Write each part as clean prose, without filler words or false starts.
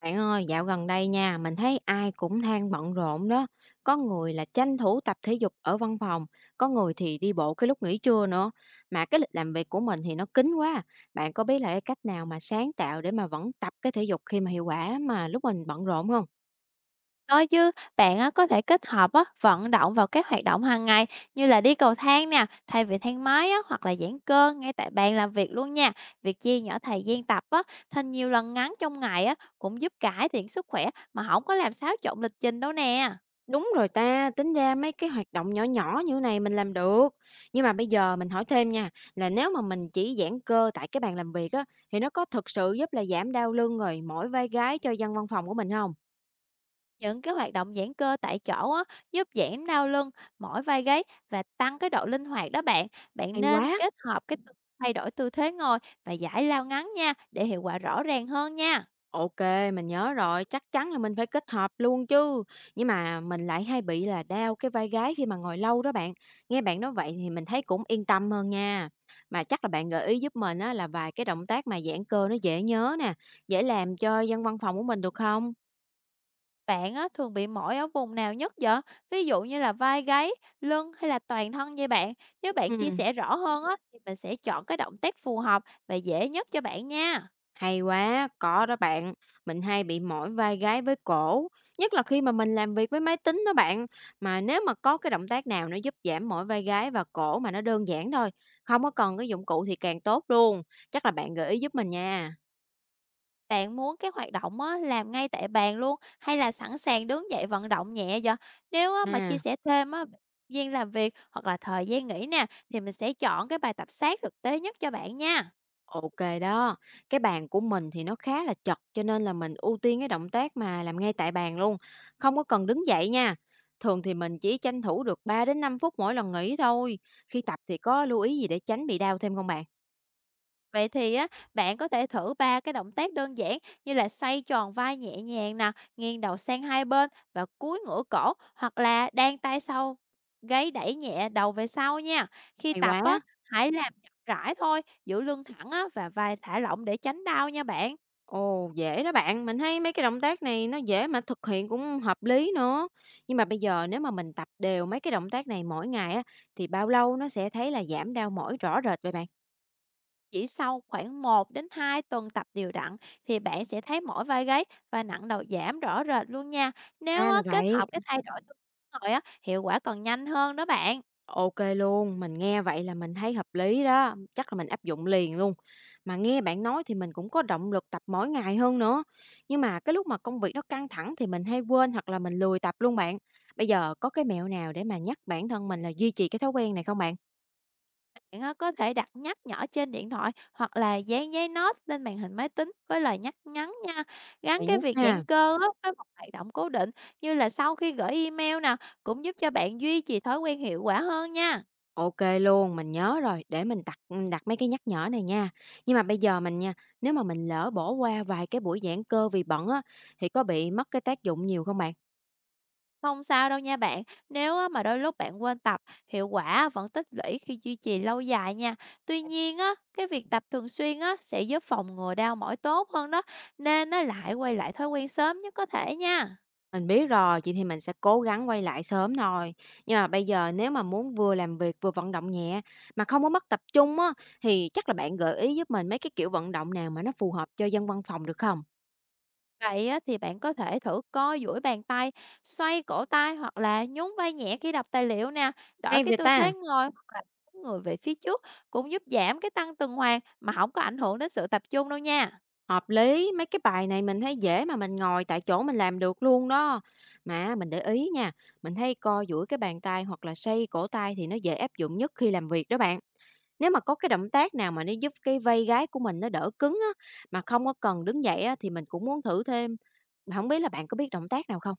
Bạn ơi, dạo gần đây nha, mình thấy ai cũng than bận rộn đó. Có người là tranh thủ tập thể dục ở văn phòng, có người thì đi bộ cái lúc nghỉ trưa nữa. Mà cái lịch làm việc của mình thì nó kín quá. Bạn có biết là cái cách nào mà sáng tạo để mà vẫn tập cái thể dục khi mà hiệu quả mà lúc mình bận rộn không? Có chứ, bạn á có thể kết hợp á vận động vào các hoạt động hàng ngày như là đi cầu thang nè, thay vì thang máy á hoặc là giãn cơ ngay tại bàn làm việc luôn nha. Việc chia nhỏ thời gian tập á thành nhiều lần ngắn trong ngày á cũng giúp cải thiện sức khỏe mà không có làm xáo trộn lịch trình đâu nè. Đúng rồi ta, tính ra mấy cái hoạt động nhỏ nhỏ như này mình làm được. Nhưng mà bây giờ mình hỏi thêm nha, là nếu mà mình chỉ giãn cơ tại cái bàn làm việc á, thì nó có thực sự giúp là giảm đau lưng rồi mỏi vai gáy cho dân văn phòng của mình không? Những cái hoạt động giãn cơ tại chỗ á giúp giảm đau lưng, mỏi vai gáy và tăng cái độ linh hoạt đó bạn. Bạn Hay quá. nên kết hợp cái thay đổi tư thế ngồi và giải lao ngắn nha để hiệu quả rõ ràng hơn nha. OK, mình nhớ rồi, chắc chắn là mình phải kết hợp luôn chứ. Nhưng mà mình lại hay bị là đau cái vai gáy khi mà ngồi lâu đó bạn. Nghe bạn nói vậy thì mình thấy cũng yên tâm hơn nha. Mà chắc là bạn gợi ý giúp mình á, là vài cái động tác mà giãn cơ nó dễ nhớ nè, dễ làm cho dân văn phòng của mình được không? Bạn á, thường bị mỏi ở vùng nào nhất vậy? Ví dụ như là vai gáy, lưng hay là toàn thân vậy bạn? Nếu bạn chia Ừ. sẻ rõ hơn á, thì mình sẽ chọn cái động tác phù hợp và dễ nhất cho bạn nha. Hay quá, có đó bạn. Mình hay bị mỏi vai gáy với cổ, nhất là khi mà mình làm việc với máy tính đó bạn. Mà nếu mà có cái động tác nào nó giúp giảm mỏi vai gáy và cổ mà nó đơn giản thôi, không có cần cái dụng cụ thì càng tốt luôn. Chắc là bạn gợi ý giúp mình nha. Bạn muốn cái hoạt động á, làm ngay tại bàn luôn hay là sẵn sàng đứng dậy vận động nhẹ vậy? Nếu á, mà À, chia sẻ thêm á, gian làm việc hoặc là thời gian nghỉ nè, thì mình sẽ chọn cái bài tập sát thực tế nhất cho bạn nha. ok đó. Cái bàn của mình thì nó khá là chật cho nên là mình ưu tiên cái động tác mà làm ngay tại bàn luôn, không có cần đứng dậy nha. Thường thì mình chỉ tranh thủ được 3 đến 5 phút mỗi lần nghỉ thôi. Khi tập thì có lưu ý gì để tránh bị đau thêm không bạn? Vậy thì á, bạn có thể thử 3 cái động tác đơn giản như là xoay tròn vai nhẹ nhàng nè, nghiêng đầu sang hai bên và cúi ngửa cổ hoặc là đan tay sau gáy đẩy nhẹ đầu về sau nha. Khi Hay tập á, quá! hãy làm chậm rãi thôi, giữ lưng thẳng á, và vai thả lỏng để tránh đau nha bạn. Ồ, dễ đó bạn, mình thấy mấy cái động tác này nó dễ mà thực hiện cũng hợp lý nữa. Nhưng mà bây giờ nếu mà mình tập đều mấy cái động tác này mỗi ngày á, thì bao lâu nó sẽ thấy là giảm đau mỏi rõ rệt vậy bạn? Chỉ sau khoảng 1 đến 2 tuần tập đều đặn thì bạn sẽ thấy mỏi vai gáy và nặng đầu giảm rõ rệt luôn nha. Nếu Ra á, là kết vậy. hợp cái thay đổi tư thế rồi á, hiệu quả còn nhanh hơn đó bạn. Ok luôn, mình nghe vậy là mình thấy hợp lý đó, chắc là mình áp dụng liền luôn. Mà nghe bạn nói thì mình cũng có động lực tập mỗi ngày hơn nữa. Nhưng mà cái lúc mà công việc nó căng thẳng thì mình hay quên hoặc là mình lười tập luôn bạn. Bây giờ có cái mẹo nào để mà nhắc bản thân mình là duy trì cái thói quen này không bạn? Bạn á, có thể đặt nhắc nhở trên điện thoại hoặc là dán giấy note lên màn hình máy tính với lời nhắc ngắn nha. Gắn Bạn cái nhắc việc ha. giãn cơ á, với một hoạt động cố định như là sau khi gửi email nè, cũng giúp cho bạn duy trì thói quen hiệu quả hơn nha. OK luôn, mình nhớ rồi, để mình đặt mấy cái nhắc nhở này nha. Nhưng mà bây giờ mình nha, nếu mà mình lỡ bỏ qua vài cái buổi giãn cơ vì bận á, thì có bị mất cái tác dụng nhiều không bạn? Không sao đâu nha bạn, nếu á, mà đôi lúc bạn quên tập, hiệu quả vẫn tích lũy khi duy trì lâu dài nha. Tuy nhiên á, cái việc tập thường xuyên á, sẽ giúp phòng ngừa đau mỏi tốt hơn đó, nên á, lại quay lại thói quen sớm nhất có thể nha. Mình biết rồi, chị thì mình sẽ cố gắng quay lại sớm thôi. Nhưng mà bây giờ nếu mà muốn vừa làm việc vừa vận động nhẹ mà không có mất tập trung á, thì chắc là bạn gợi ý giúp mình mấy cái kiểu vận động nào mà nó phù hợp cho dân văn phòng được không? Vậy á, thì bạn có thể thử co duỗi bàn tay, xoay cổ tay hoặc là nhún vai nhẹ khi đọc tài liệu nè, đổi Hay cái vậy tư ta? thế ngồi hoặc là đứng người về phía trước cũng giúp giảm cái tăng tuần hoàn mà không có ảnh hưởng đến sự tập trung đâu nha. Hợp lý, mấy cái bài này mình thấy dễ mà mình ngồi tại chỗ mình làm được luôn đó. Mà mình để ý nha, mình thấy co duỗi cái bàn tay hoặc là xoay cổ tay thì nó dễ áp dụng nhất khi làm việc đó bạn. Nếu mà có cái động tác nào mà nó giúp cái vai gáy của mình nó đỡ cứng á, mà không có cần đứng dậy á, thì mình cũng muốn thử thêm. Mà không biết là bạn có biết động tác nào không?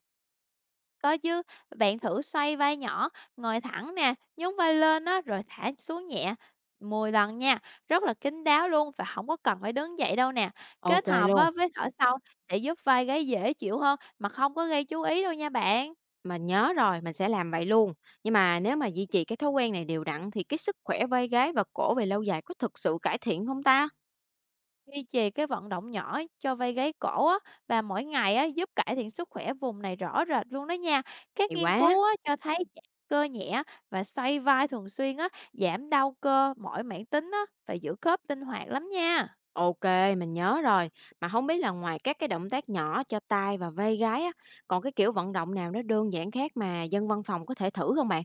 Có chứ, bạn thử xoay vai nhỏ, ngồi thẳng nè, nhún vai lên á, rồi thả xuống nhẹ 10 lần nha, rất là kín đáo luôn và không có cần phải đứng dậy đâu nè. Ok Kết hợp luôn, á, với thở sâu sẽ giúp vai gáy dễ chịu hơn mà không có gây chú ý đâu nha bạn. mình nhớ rồi, mình sẽ làm vậy luôn. Nhưng mà nếu mà duy trì cái thói quen này đều đặn thì cái sức khỏe vai gáy và cổ về lâu dài có thực sự cải thiện không ta? Duy trì cái vận động nhỏ cho vai gáy cổ á, và mỗi ngày á, giúp cải thiện sức khỏe vùng này rõ rệt luôn đó nha. Các Thì nghiên quá. cứu á, cho thấy giãn cơ nhẹ và xoay vai thường xuyên á, giảm đau cơ mỏi mãn tính á, và giữ khớp linh hoạt lắm nha. OK, mình nhớ rồi. Mà không biết là ngoài các cái động tác nhỏ cho tay và vai gáy á, còn cái kiểu vận động nào nó đơn giản khác mà dân văn phòng có thể thử không bạn?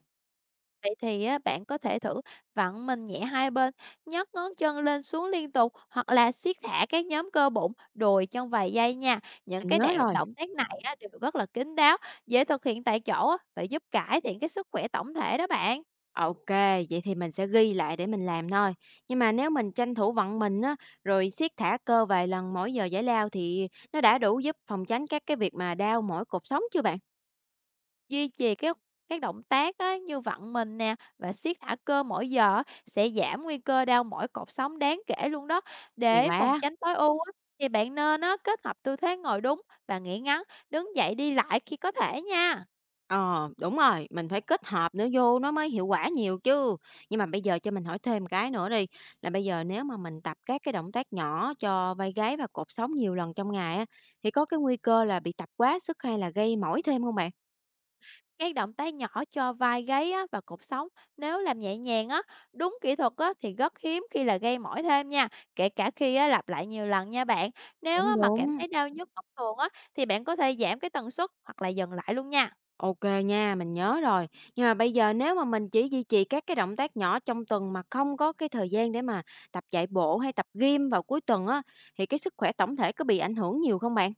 Vậy thì á, bạn có thể thử vặn mình nhẹ hai bên, nhấc ngón chân lên xuống liên tục hoặc là siết thả các nhóm cơ bụng, đùi trong vài giây nha. Những Mình cái nhớ đạn rồi. động tác này á, đều rất là kín đáo, dễ thực hiện tại chỗ á, và giúp cải thiện cái sức khỏe tổng thể đó bạn. OK, vậy thì mình sẽ ghi lại để mình làm thôi. Nhưng mà nếu mình tranh thủ vận mình á, rồi siết thả cơ vài lần mỗi giờ giải lao thì nó đã đủ giúp phòng tránh các cái việc mà đau mỏi cột sống chưa bạn? Duy trì các động tác á, như vặn mình nè và siết thả cơ mỗi giờ á, sẽ giảm nguy cơ đau mỏi cột sống đáng kể luôn đó. Hay Để phòng quá! tránh tối ưu á, thì bạn nên á, kết hợp tư thế ngồi đúng và nghỉ ngắn, đứng dậy đi lại khi có thể nha. Ờ, đúng rồi, mình phải kết hợp nữa vô nó mới hiệu quả nhiều chứ. Nhưng mà bây giờ cho mình hỏi thêm cái nữa đi, là bây giờ nếu mà mình tập các cái động tác nhỏ cho vai gáy và cột sống nhiều lần trong ngày á, thì có cái nguy cơ là bị tập quá sức hay là gây mỏi thêm không bạn? Các động tác nhỏ cho vai gáy á, và cột sống nếu làm nhẹ nhàng á, đúng kỹ thuật á, thì rất hiếm khi là gây mỏi thêm nha, kể cả khi á, lặp lại nhiều lần nha bạn. Nếu á, Đúng, mà cảm đúng. thấy đau nhức bất thường á, thì bạn có thể giảm cái tần suất hoặc là dừng lại luôn nha. OK nha, mình nhớ rồi. Nhưng mà bây giờ nếu mà mình chỉ duy trì các cái động tác nhỏ trong tuần mà không có cái thời gian để mà tập chạy bộ hay tập gym vào cuối tuần á, thì cái sức khỏe tổng thể có bị ảnh hưởng nhiều không bạn?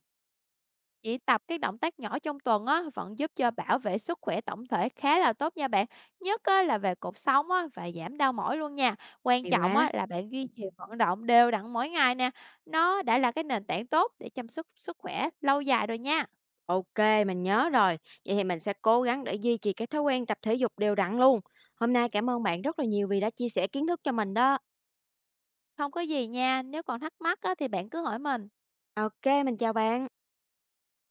Chỉ tập cái động tác nhỏ trong tuần á, vẫn giúp cho bảo vệ sức khỏe tổng thể khá là tốt nha bạn. Nhất á, là về cột sống á, và giảm đau mỏi luôn nha. Quan Hay trọng quá. á, là bạn duy trì vận động đều đặn mỗi ngày nè. Nó đã là cái nền tảng tốt để chăm sóc sức khỏe lâu dài rồi nha. OK, mình nhớ rồi. Vậy thì mình sẽ cố gắng để duy trì cái thói quen tập thể dục đều đặn luôn. Hôm nay cảm ơn bạn rất là nhiều vì đã chia sẻ kiến thức cho mình đó. Không có gì nha, nếu còn thắc mắc á, thì bạn cứ hỏi mình. OK, mình chào bạn.